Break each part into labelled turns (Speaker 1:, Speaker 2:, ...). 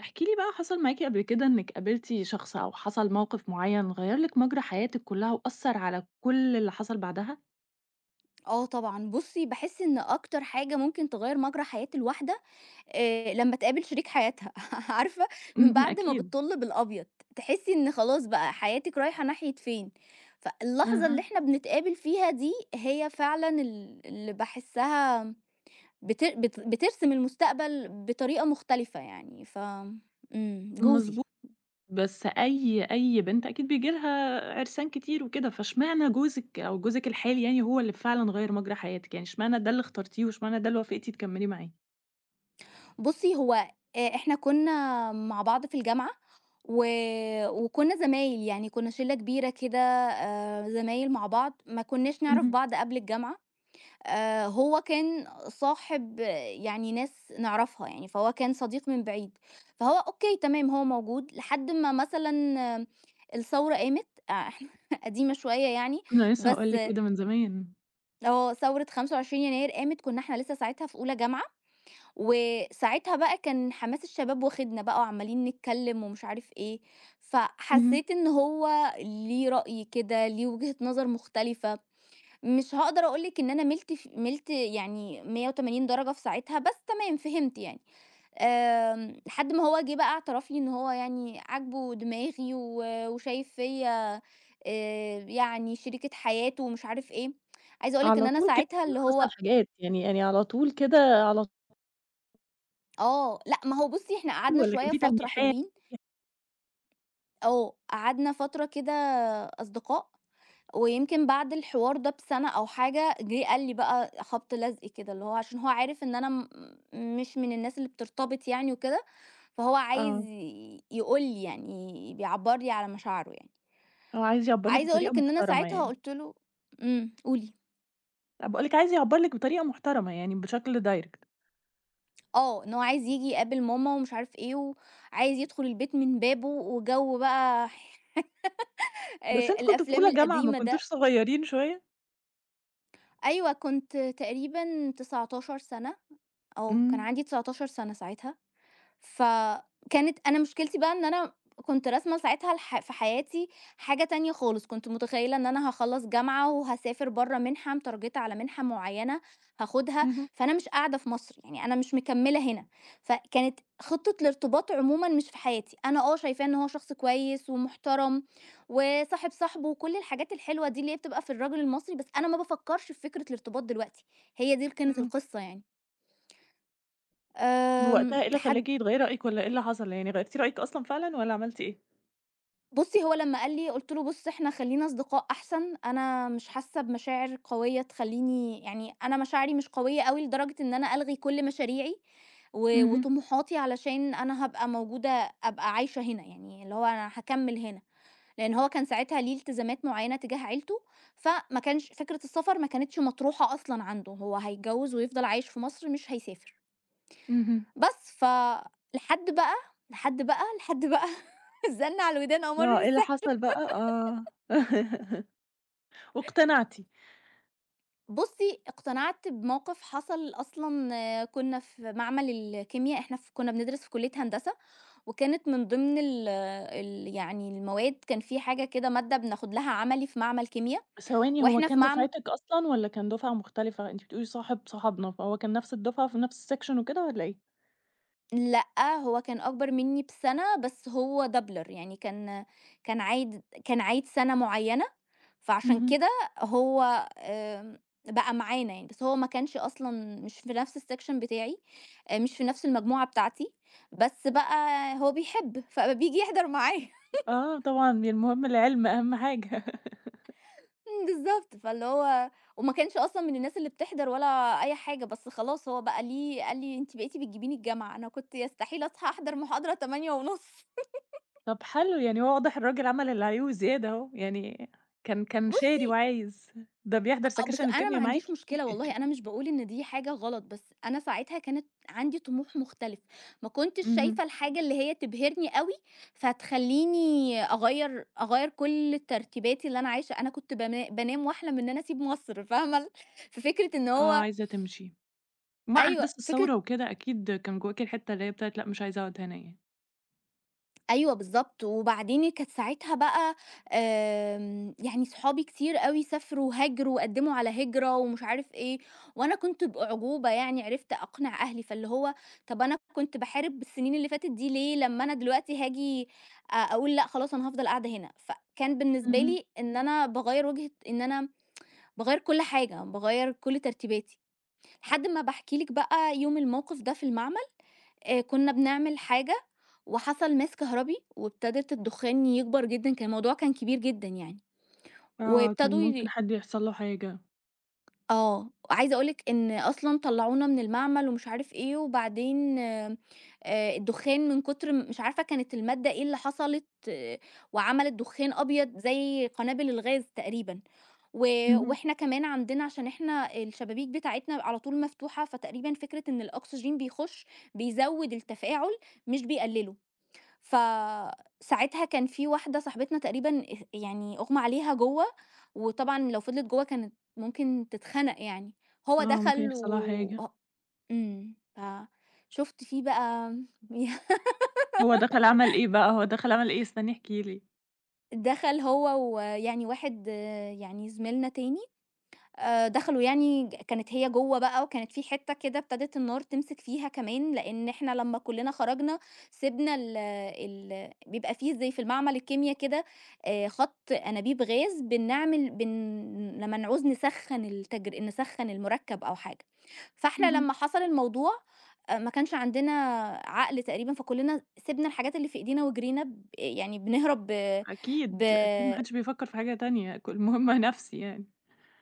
Speaker 1: احكي لي بقى حصل معاكِ قبل كده إنِّك قابلتِ شخص أو حصل موقف معيّن غيّر لِك مجرى حياتِك كلّها وأثّر على كل اللي حصل بعدها؟
Speaker 2: آه طبعًا، بُصّي باحس إن أكتر حاجة ممكن تغيّر مجرى حياة الواحدة، لمّا تقابل شريك حياتها، عارفة من
Speaker 1: اهم
Speaker 2: بعد ما
Speaker 1: أكيد.
Speaker 2: بتطُل بالأبيض، تحسّي إن خلاص بقى حياتِك رايحة ناحية فين، فاللحظة اللي
Speaker 1: أها.
Speaker 2: إحنا بنتقابل فيها دي هي فعلًا اللي باحسّها بت بت بترسم المستقبل بطريقة مختلفة يعني، جوزي.
Speaker 1: مضبوط. بس أي بنت أكيد بييجي لها عرسان كتير وكده، فاشمعنى جوزِك أو جوزِك الحالي يعني هو اللي فعلًا غيّر مجرى حياتِك؟ يعني اشمعنى ده اللي اخترتيه واشمعنى ده اللي وافقتِ تكمّلي معاه؟
Speaker 2: بُصّي، هو إحنا كُنّا مع بعض في الجامعة و وكُنّا زمايل، يعني كُنّا شِلّة كبيرة كده زمايل مع بعض، ما كُنّاش نعرف
Speaker 1: اهم.
Speaker 2: بعض قبل الجامعة، هو كان صاحب آه، يعني ناس نعرفها يعني، فهو كان صديق من بعيد، فهو أوكي تمام هو موجود لحد ما مثلًا آه، الثورة قامت قديمة شوية يعني،
Speaker 1: أنا لسه هاقول
Speaker 2: بس
Speaker 1: لِك
Speaker 2: آه،
Speaker 1: إيه ده من زمان.
Speaker 2: اه ثورة 25 يناير قامت كُنّا إحنا لسه ساعتها في أولى جامعة وساعتها بقى كان حماس الشباب واخدنا بقى وعمالين نتكلم ومش عارف إيه،
Speaker 1: اهم.
Speaker 2: فحسيت إن هو ليه رأي كده، ليه وجهة نظر مختلفة، مش هاقدر أقول لِك إن أنا مِلت يعني 180 درجة في ساعتها، بس تمام فهمت يعني. لحد ما هو جه بقى اعترف لي إن هو يعني عاجبه دماغي وشايف فيّا يعني شريكة حياته ومش عارف إيه، عايزة أقول لِك إن
Speaker 1: على
Speaker 2: أنا
Speaker 1: طول كده
Speaker 2: ساعتها اللي هو
Speaker 1: حصل حاجات، يعني على طول كده على،
Speaker 2: آه، لأ ما هو بُصّي إحنا قعدنا
Speaker 1: والّا كان
Speaker 2: شوية
Speaker 1: في
Speaker 2: فترة
Speaker 1: تلميحات؟
Speaker 2: حلوين آه، قعدنا فترة كده أصدقاء، ويمكن بعد الحوار ده بسَنة أو حاجة، جِه قال لي بقى خبط لزق كده، اللي هو عشان هو عارف إن أنا مش من الناس اللي بترتبط يعني وكده، فهو عايز
Speaker 1: آه.
Speaker 2: ي يقول لي يعني، بيعبّر لي على مشاعره يعني.
Speaker 1: هو عايز يعبّر لِك
Speaker 2: عايزة أقول
Speaker 1: بطريقة
Speaker 2: لك إن أنا
Speaker 1: محترمة
Speaker 2: ساعتها
Speaker 1: يعني،
Speaker 2: قُلت له قولي.
Speaker 1: أنا باقول لِك عايز يعبّر لِك بطريقة محترمة يعني بشكل direct.
Speaker 2: آه، إن هو عايز ييجي يقابل ماما ومش عارف إيه، وعايز يدخل البيت من بابه، وجَو بقى
Speaker 1: بس أنتم كنتم في
Speaker 2: الأفلام
Speaker 1: أولى جامعة ما
Speaker 2: القديمة ده.
Speaker 1: كنتوش صغيّرين شوية؟
Speaker 2: أيوه، كنت تقريبًا 19 سَنة. آه، كان
Speaker 1: إمم.
Speaker 2: عندي 19 سَنة ساعتها، فكانت أنا مشكلتي بقى إن أنا كنت راسمة ساعتها في حياتي حاجة تانية خالص، كنت متخيلة إن أنا هاخلّص جامعة وهاسافر برّه منحة، متارجتة على منحة معيّنة هاخدها،
Speaker 1: اهم.
Speaker 2: فأنا مش قاعدة في مصر، يعني أنا مش مكمّلة هنا، فكانت خطة الارتباط عمومًا مش في حياتي، أنا آه شايفاه إن هو شخص كويس ومحترم وصاحب صاحبه وكل الحاجات الحلوة دي اللي هي بتبقى في الراجل المصري، بس أنا ما بافكّرش في فكرة الارتباط دلوقتي، هي دي كانت
Speaker 1: إمم.
Speaker 2: القصة يعني.
Speaker 1: ووقتها إيه اللي
Speaker 2: حد
Speaker 1: خلّاكِ تغيّري رأيِك والّا إيه اللي حصل، يعني غيّرتِ رأيِك أصلًا فعلًا والّا عملتِ إيه؟
Speaker 2: بُصّي، هو لمّا قال لي قُلت له: "بُص، إحنا خلّينا أصدقاء أحسن، أنا مش حاسة بمشاعر قوية تخلّيني يعني أنا مشاعري مش قوية أوي لدرجة إن أنا ألغي كل مشاريعي
Speaker 1: اهم.
Speaker 2: وطموحاتي علشان أنا هابقى موجودة أبقى عايشة هنا." يعني اللي هو أنا هاكمّل هنا، لإن هو كان ساعتها ليه التزامات معيّنة تجاه عيلته، فما كانش فكرة السفر ما كانتش مطروحة أصلًا عنده، هو هيتجوّز ويفضل عايش في مصر مش هيسافر.
Speaker 1: اهم.
Speaker 2: بس ف لحد بقى، لحد بقى الزن على الودان أمَرّ من
Speaker 1: آه، إيه اللي
Speaker 2: السحر.
Speaker 1: حصل بقى؟ آه. واقتنعتِ.
Speaker 2: بُصّي، اقتنعت بموقف حصل أصلًا آه، كنا في معمل الكيميا، إحنا ف كنا بندرس في كلية هندسة، وكانت من ضمن ال ال يعني المواد كان في حاجة كده مادة بناخد لها عملي في معمل كيميا،
Speaker 1: ثواني، هو
Speaker 2: وإحنا في
Speaker 1: كان
Speaker 2: معم
Speaker 1: دُفعتِك أصلًا والّا كان دُفعة مختلفة؟ أنتِ بتقولي صاحب صاحبنا، فهو كان نفس الدُفعة في نفس الsection وكده والّا إيه؟
Speaker 2: لأ، هو كان أكبر منّي بسَنة، بس هو doubler يعني كان كان عايد سَنة معيّنة فعشان
Speaker 1: اهم.
Speaker 2: كده هو آمم، بقى معانا يعني، بس هو ما كانش أصلًا مش في نفس الsection بتاعي، مش في نفس المجموعة بتاعتي، بس بقى هو بيحب، فبييجي يحضر معايا
Speaker 1: آه طبعًا، المهم العلم أهم حاجة.
Speaker 2: بالضبط، فاللي هو وما كانش أصلًا من الناس اللي بتحضر ولا أي حاجة، بس خلاص هو بقى ليه قال لي: "أنتِ بقيتِ بتجيبيني الجامعة." أنا كنت يستحيل أصحى أحضر محاضرة 08:30
Speaker 1: طب حلو، يعني هو واضح الراجل عمل اللي عليه وزيادة أهو، يعني كان شاري
Speaker 2: بُصّي
Speaker 1: وعايز، ده بيحضر
Speaker 2: آه، بس
Speaker 1: سكاشن
Speaker 2: أنا ما
Speaker 1: الكيميا معاكِ؟
Speaker 2: عنديش مشكلة والله، أنا مش باقول إن دي حاجة غلط، بس أنا ساعتها كانت عندي طموح مختلف، ما كنتش
Speaker 1: اهم.
Speaker 2: شايفة الحاجة اللي هي تبهرني أوي، فتخلّيني أغيّر كل ترتيباتي اللي أنا عايشة أنا كنت بانام وأحلم إن أنا أسيب مصر فاهمة ففكرة إن
Speaker 1: آه،
Speaker 2: هو
Speaker 1: عايزة تمشي، مع
Speaker 2: أيوه،
Speaker 1: أحداث
Speaker 2: فكرة
Speaker 1: الثورة وكده أكيد كان جواكِ الحتة اللي هي بتاعة لأ مش عايزة أقعد هنا يعني.
Speaker 2: أيوه بالضبط، وبعدين كانت ساعتها بقى يعني صحابي كتير أوي سافروا وهاجروا وقدّموا على هجرة ومش عارف إيه، وأنا كنت بأعجوبة يعني عرفت أقنع أهلي، فاللي هو طَب أنا كنت باحارب السنين اللي فاتت دي ليه لمّا أنا دلوقتي هاجي أقول لأ خلاص أنا هافضل قاعدة هنا، فكان بالنسبة
Speaker 1: اهم.
Speaker 2: لي إن أنا باغيّر وجهة إن أنا باغيّر كل حاجة، باغيّر كل ترتيباتي، لحد ما باحكي لِك بقى يوم الموقف ده في المعمل كنا بنعمل حاجة وحصل ماس كهربي وابتدت الدخان يكبر جدًا، كان الموضوع كان كبير جدًا يعني،
Speaker 1: آه، كان
Speaker 2: وابتدوا
Speaker 1: ممكن
Speaker 2: ي
Speaker 1: حد يحصل له حاجة،
Speaker 2: آه، عايزة أقول لِك إن أصلًا طلّعونا من المعمل ومش عارف إيه، وبعدين الدخان من كتر مش عارفة كانت المادة إيه اللي حصلت وعملت دخان أبيض زي قنابل الغاز تقريبًا، و
Speaker 1: اهم.
Speaker 2: وإحنا كمان عندنا عشان إحنا الشبابيك بتاعتنا على طول مفتوحة، فتقريبًا فكرة إن الأكسجين بيخش بيزوّد التفاعل مش بيقلّله. فساعتها كان في واحدة صاحبتنا تقريبًا يعني أُغمى عليها جوّه، وطبعًا لو فضلِت جوّه كانت ممكن تتخنق يعني، هو
Speaker 1: آه، ممكن
Speaker 2: دخل
Speaker 1: يحصل لها
Speaker 2: و
Speaker 1: حاجة،
Speaker 2: ه إمم، فشُفت فيه بقى
Speaker 1: هو دخل عمل إيه بقى، هو دخل عمل إيه؟ استني احكِ لي.
Speaker 2: دخل هو ويعني واحد آه، يعني زميلنا تاني دخلوا يعني كانت هي جوّه بقى وكانت في حتّة كده ابتدت النار تمسك فيها كمان، لإن إحنا لمّا كُلّنا خرجنا سِبنا ال ال بيبقى في زي في المعمل الكيميا كده خَط أنابيب غاز بنعمل بن لمّا نعوز نسخّن نسخّن المُركّب أو حاجة، فإحنا
Speaker 1: اهم.
Speaker 2: لمّا حصل الموضوع ما كانش عندنا عقل تقريبًا، فكُلّنا سِبنا الحاجات اللي في إيدينا وجرينا يعني بنهرب ب ب
Speaker 1: أكيد، أكيد ما حدش بيفكر في حاجة تانية، ك المهم نفسي يعني،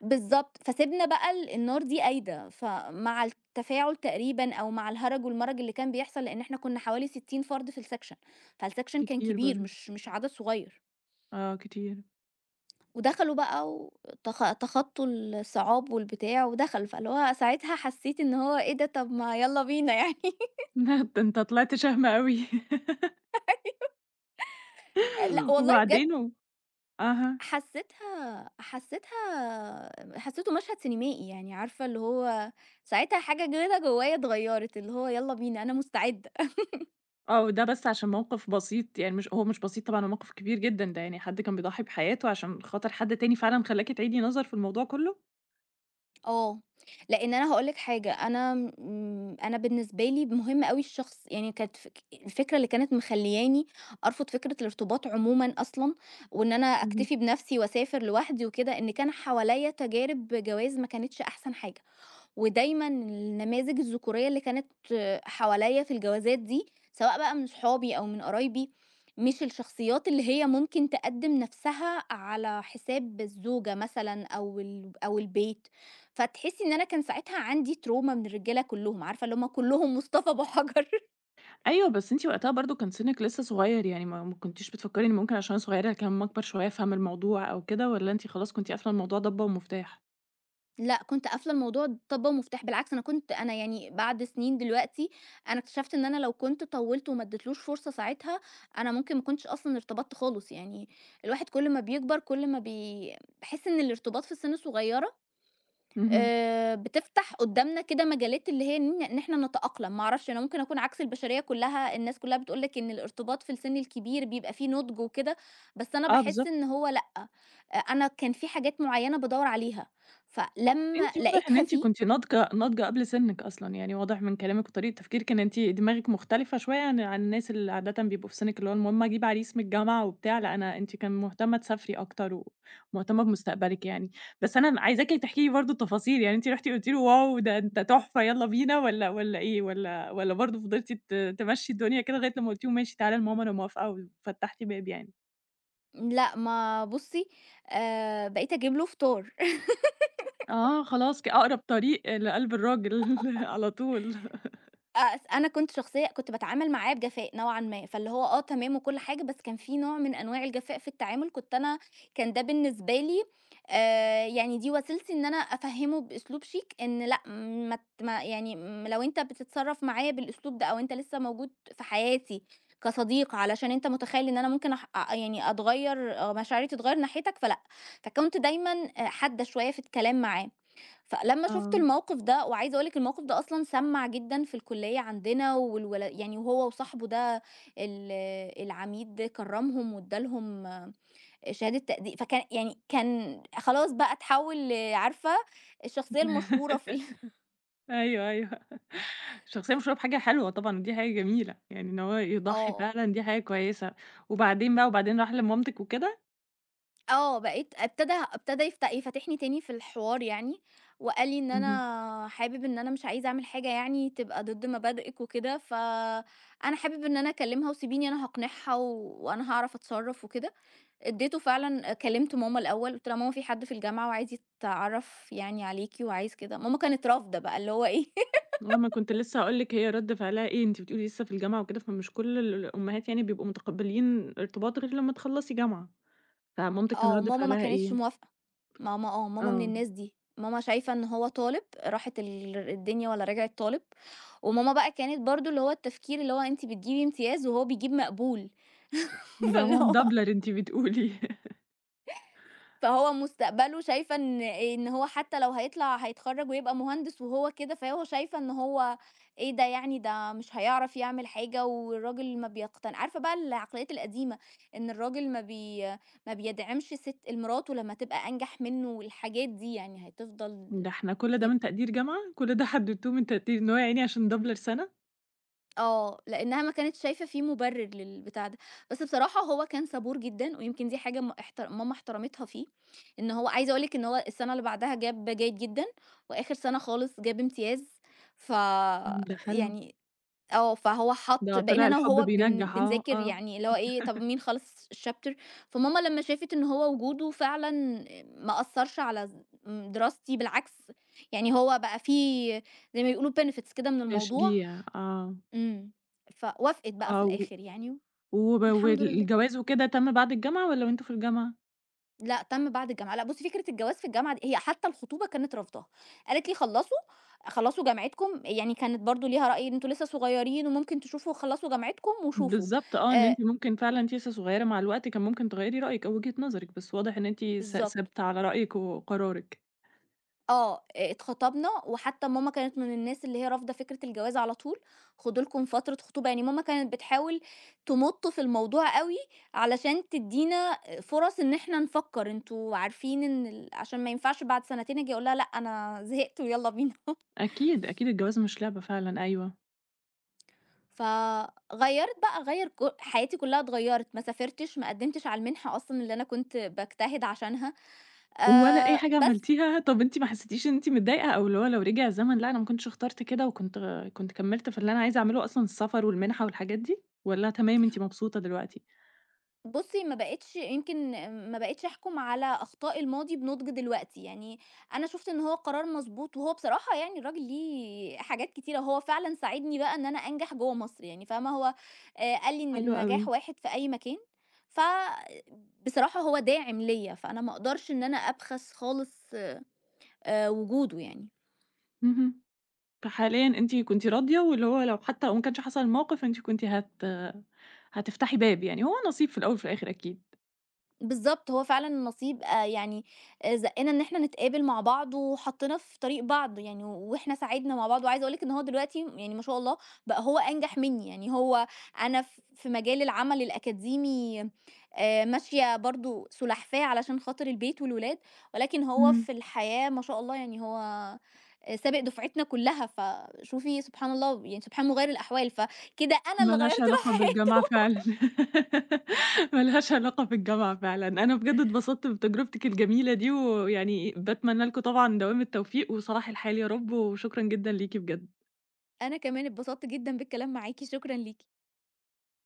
Speaker 2: بالضبط، فسِبنا بقى النار دي قايدة، فمع التفاعل تقريبًا أو مع الهرج والمرج اللي كان بيحصل، لإن إحنا كنا حوالي 60 فرد في الsection، فالsection كان
Speaker 1: كتير
Speaker 2: كبير
Speaker 1: برضه،
Speaker 2: مش عدد صغير،
Speaker 1: آه كتير.
Speaker 2: ودخلوا بقى تخطّوا الصعاب والبتاع ودخلوا، فاللي هو ساعتها حسّيت إن هو إيه ده طَب ما يالّا بينا يعني
Speaker 1: ده أنت طلعت شهم أوي.
Speaker 2: لأ والله بجد
Speaker 1: وبعدين و أها.
Speaker 2: حسّيته مشهد سينمائي يعني عارفة اللي هو ساعتها حاجة كده جوايا اتغيّرت، اللي هو يالّا بينا أنا مستعدة.
Speaker 1: آه، وده بس عشان موقف بسيط، يعني مش هو مش بسيط طبعًا، هو موقف كبير جدًا، ده يعني حد كان بيضحي بحياته عشان خاطر حد تاني فعلًا خلّاكِ تعيدي نظر في الموضوع كلّه؟
Speaker 2: آه، لإن أنا هاقول لك حاجة، أنا بالنسبة لي مهم أوي الشخص، يعني كانت الفكرة اللي كانت مخلّياني أرفض فكرة الارتباط عمومًا أصلًا، وإن أنا
Speaker 1: اهم.
Speaker 2: أكتفي بنفسي وأسافر لوحدي وكده، إن كان حواليّا تجارب جواز ما كانتش أحسن حاجة. ودايمًا النماذج الذكورية اللي كانت حواليّا في الجوازات دي، سواء بقى من صحابي أو من قرايبي، مش الشخصيات اللي هي ممكن تقدّم نفسها على حساب الزوجة مثلًا أو البيت، فتحسّي إن أنا كان ساعتها عندي تروما من الرجالة كلّهم، عارفة اللي هُم كلّهم مصطفى أبو حجر.
Speaker 1: أيوه، بس أنتِ وقتها برضه كان سِنِّك لسه صغير، يعني ما كنتيش بتفكّري إن ممكن عشان أنا صغيرة كان أمّا أكبر شوية أفهم الموضوع أو كده والّا أنتِ خلاص كنتِ قافلة الموضوع ضبّة ومفتاح؟
Speaker 2: لأ، كنت قافلة الموضوع طَبّة ومفتاح، بالعكس أنا كنت أنا يعني بعد سنين دلوقتي، أنا اكتشفت إن أنا لو كنت طوّلت وما اديتلوش فرصة ساعتها، أنا ممكن ما كنتش أصلًا ارتبطت خالص، يعني الواحد كل ما بيكبر كل ما بي باحس إن الارتباط في سِن صغيرة
Speaker 1: اهم.
Speaker 2: بتفتح قدّامنا كده مجالات اللي هي إن إحنا نتأقلم، ما أعرفش أنا ممكن أكون عكس البشرية كلّها، الناس كلّها بتقول لك إن الارتباط في السن الكبير بيبقى فيه نضج وكده، بس أنا
Speaker 1: آه،
Speaker 2: باحس
Speaker 1: بالضبط.
Speaker 2: إن هو لأ، أنا كان في حاجات معيّنة بادوّر عليها، فلمّا
Speaker 1: أنتِ واضح إن
Speaker 2: لقيتها
Speaker 1: أنتِ
Speaker 2: فيه
Speaker 1: كنتِ ناضجة ناضجة قبل سنِّك أصلًا، يعني واضح من كلامِك وطريقة تفكيرِك إن أنتِ دماغِك مختلفة شوية عن الناس اللي عادةً بيبقوا في سنِّك، اللي هو المهم أجيب عريس من الجامعة وبتاع، لأ أنا أنتِ كان مهتمة تسافري أكتر ومهتمة بمستقبلِك يعني. بس أنا عايزاكِ تحكي لي برضه التفاصيل، يعني أنتِ رُحتِ قُلتِ له واو ده أنت تحفة يالّا بينا والّا والّا إيه، والّا والّا برضه فضلتِ تمشّي الدنيا كده لغاية لمّا قُلتِ له ماشي تعالَ لماما أنا موافقة وفتّحتِ باب يعني؟
Speaker 2: لأ، ما بُصّي بقيت أجيب له فطار.
Speaker 1: آه خلاص ك أقرب طريق لقلب الراجل على طول.
Speaker 2: أنا كنت شخصية كنت باتعامل معاه بجفاء نوعًا ما، فاللي هو آه تمام وكل حاجة، بس كان في نوع من أنواع الجفاء في التعامل، كنت أنا كان ده بالنسبة لي يعني دي وسيلتي إن أنا أفهّمه بأسلوب شيك إن لأ ما ت ما يعني م لو أنت بتتصرّف معايا بالأسلوب ده أو أنت لسه موجود في حياتي كصديق علشان أنت متخيّل إن أنا ممكن أح أ يعني أتغيّر أو مشاعري تتغيّر ناحيتك فلأ، فكنت دايمًا حادة شوية في الكلام معاه. فلمّا شُفت
Speaker 1: آه.
Speaker 2: الموقف ده وعايزة أقول لِك الموقف ده أصلًا سَمّع جدًا في الكلية عندنا يعني وهو وصاحبه ده ال العميد كرّمهم وادّى لهم شهادة تقدير فكان يعني كان خلاص بقى اتحوّل عارفة الشخصية المشهورة في ال
Speaker 1: أيوه، أيوه. الشخصية مشهورة بحاجة حلوة طبعًا، ودي حاجة جميلة، يعني إن هو يضحّي
Speaker 2: آه.
Speaker 1: فعلًا دي حاجة كويسة. وبعدين بقى وبعدين راح لمامتِك وكده؟
Speaker 2: آه، بقيت ابتدى ابتدى يفتحني تاني في الحوار يعني، وقال لي إن
Speaker 1: اهم.
Speaker 2: أنا حابب إن أنا مش عايز أعمل حاجة يعني تبقى ضد مبادئِك وكده، فأنا حابب إن أنا أكلمها وسيبيني أنا هاقنعها وأنا هاعرف أتصرف وكده. اديته فعلًا كلمت ماما الأول، قُلت لها: "ماما في حد في الجامعة وعايز يتعرف يعني عليكِ وعايز كده." ماما كانت رافضة بقى اللي هو إيه
Speaker 1: آه، ما كنت لسه هاقول لِك هي رَد فعلها إيه، أنتِ بتقولي لسه في الجامعة وكده، فمش كل ال الأمهات يعني بيبقوا متقبّلين ارتباط غير لمّا تخلّصي جامعة، فمامتِك كان
Speaker 2: آه،
Speaker 1: رَد
Speaker 2: ماما ما
Speaker 1: فعلها
Speaker 2: كانتش
Speaker 1: إيه؟
Speaker 2: موافقة، ماما آه، ماما من
Speaker 1: آه.
Speaker 2: الناس دي، ماما شايفة إن هو طالب راحت الدنيا ولا رجعت طالب، وماما بقى كانت برضه اللي هو التفكير اللي هو أنتِ بتجيبي امتياز وهو بيجيب مقبول،
Speaker 1: ده
Speaker 2: فاللي
Speaker 1: هو
Speaker 2: هو
Speaker 1: مدبلر أنتِ بتقولي.
Speaker 2: فهو مستقبله شايفة إن هو حتى لو هيطلع هيتخرّج ويبقى مهندس وهو كده، فهو شايفة إن هو إيه ده يعني ده مش هيعرف يعمل حاجة والراجل ما بيقتن عارفة بقى العقليات القديمة، إن الراجل ما بيدعمش ست مراته لمّا تبقى أنجح منه والحاجات دي يعني هتفضل
Speaker 1: ده إحنا كل ده
Speaker 2: يب
Speaker 1: من تقدير جامعة! كل ده حدّدتوه من تقدير إن هو يا عيني عشان مدبلر سَنة!
Speaker 2: آه، لإنها ما كانتش شايفة في مُبرر للبتاع ده، بس بصراحة هو كان صبور جدًا، ويمكن دي حاجة م احتر ماما احترمتها فيه، إن هو عايزة أقول لِك إن هو السنة اللي بعدها جاب جيد جدًا، وآخر سنة خالص جاب امتياز، ف
Speaker 1: إمم، ده حلو.
Speaker 2: يعني آه، فهو
Speaker 1: ده
Speaker 2: حَط بقينا
Speaker 1: طلع
Speaker 2: أنا
Speaker 1: الحب
Speaker 2: وهو
Speaker 1: بينجّح أهو،
Speaker 2: بنذاكر
Speaker 1: آه.
Speaker 2: يعني اللي هو إيه، طَب مين خلّص الchapter فماما لمّا شافت إن هو وجوده فعلًا ما أثّرش على ز م دراستي بالعكس، يعني هو بقى في زي ما بيقولوا benefits كده من الموضوع،
Speaker 1: تشجيع، آه.
Speaker 2: إمم. فوافقت بقى في
Speaker 1: آه، و
Speaker 2: الآخر يعني والحمد لله.
Speaker 1: والجواز وكده تم بعد الجامعة والّا وأنتم في الجامعة؟
Speaker 2: لأ تم بعد الجامعة، لأ بُصّي فكرة الجواز في الجامعة دي هي حتى الخطوبة كانت رافضاها، قالت لي: خلّصوا جامعتكم." يعني كانت برضه ليها رأي إن أنتم لسه صغيرين وممكن تشوفوا خلّصوا جامعتكم وشوفوا.
Speaker 1: بالضبط آه، إن
Speaker 2: آآ
Speaker 1: أنتِ ممكن فعلًا أنتِ لسه صغيرة مع الوقت كان ممكن تغيّري رأيِك أو وجهة نظرِك، بس واضح إن أنتِ
Speaker 2: بالضبط.
Speaker 1: ثابتة على رأيِك وقرارِك.
Speaker 2: آه، اتخطبنا وحتى ماما كانت من الناس اللي هي رافضة فكرة الجواز على طول، خدوا لكم فترة خطوبة، يعني ماما كانت بتحاول تمُط في الموضوع أوي علشان تدّينا فرص إن إحنا نفكّر، أنتم عارفين إن عشان ما ينفعش بعد سنتين آجي أقول لها لأ أنا زهقت ويالّا بينا.
Speaker 1: أكيد، أكيد الجواز مش لعبة فعلًا أيوه.
Speaker 2: فغيّرِت بقى غيّر ك حياتي كلّها اتغيّرت، ما سافرتش، ما قدّمتش على المنحة أصلًا اللي أنا كنت باجتهد عشانها،
Speaker 1: ولا أي حاجة
Speaker 2: بس
Speaker 1: عملتيها، طَب أنتِ ما حسيتيش إن أنتِ متضايقة أو اللي هو لو رجع الزمن لأ أنا ما كنتش اخترت كده وكنت كمّلت في اللي أنا عايزة أعمله أصلًا السفر والمنحة والحاجات دي، والّا تمام أنتِ مبسوطة دلوقتي؟
Speaker 2: بُصّي، ما بقيتش يمكن ما بقيتش أحكُم على أخطاء الماضي بنُضْج دلوقتي، يعني أنا شُفت إن هو قرار مضبوط وهو بصراحة يعني الراجل ليه حاجات كتيرة، هو فعلًا ساعدني بقى إن أنا أنجح جوّه مصر يعني فاهمة، هو قال لي إن
Speaker 1: حلو أوي.
Speaker 2: النجاح واحد في أي مكان، ف بصراحة هو داعم ليّا، فأنا ما أقدرش إن أنا أبخس خالص وجوده يعني.
Speaker 1: اهم. فحاليًا أنتِ كنتِ راضية، واللي هو لو حتى لو ما كانش حصل الموقف أنتِ كنتِ هتفتحي باب يعني، هو نصيب في الأول وفي الآخر أكيد.
Speaker 2: بالضبط، هو فعلًا النصيب زقّنا إن إحنا نتقابل مع بعض وحطّنا في طريق بعض يعني، وإحنا ساعدنا مع بعض، وعايزة أقول لِك إن هو دلوقتي يعني ما شاء الله بقى هو أنجح منّي، يعني هو أنا في مجال العمل الأكاديمي ماشية برضه سُلحفاة علشان خاطر البيت والولاد، ولكن هو
Speaker 1: إمم.
Speaker 2: في الحياة ما شاء الله يعني هو سابق دفعتنا كلّها، فشوفي سبحان الله يعني سبحان مُغيّر الأحوال، فكده أنا
Speaker 1: ما
Speaker 2: اللي
Speaker 1: لهاش
Speaker 2: غيّرت له
Speaker 1: علاقة
Speaker 2: حياته.
Speaker 1: بالجامعة فعلًا، ما لهاش علاقة بالجامعة فعلًا. أنا بجد اتبسطت بتجربتِك الجميلة دي، ويعني باتمنى لكم طبعًا دوام التوفيق وصلاح الحال يا رب، وشكرًا جدًا ليكِ بجد.
Speaker 2: أنا كمان اتبسطت جدًا بالكلام معاكِ، شكرًا ليكِ.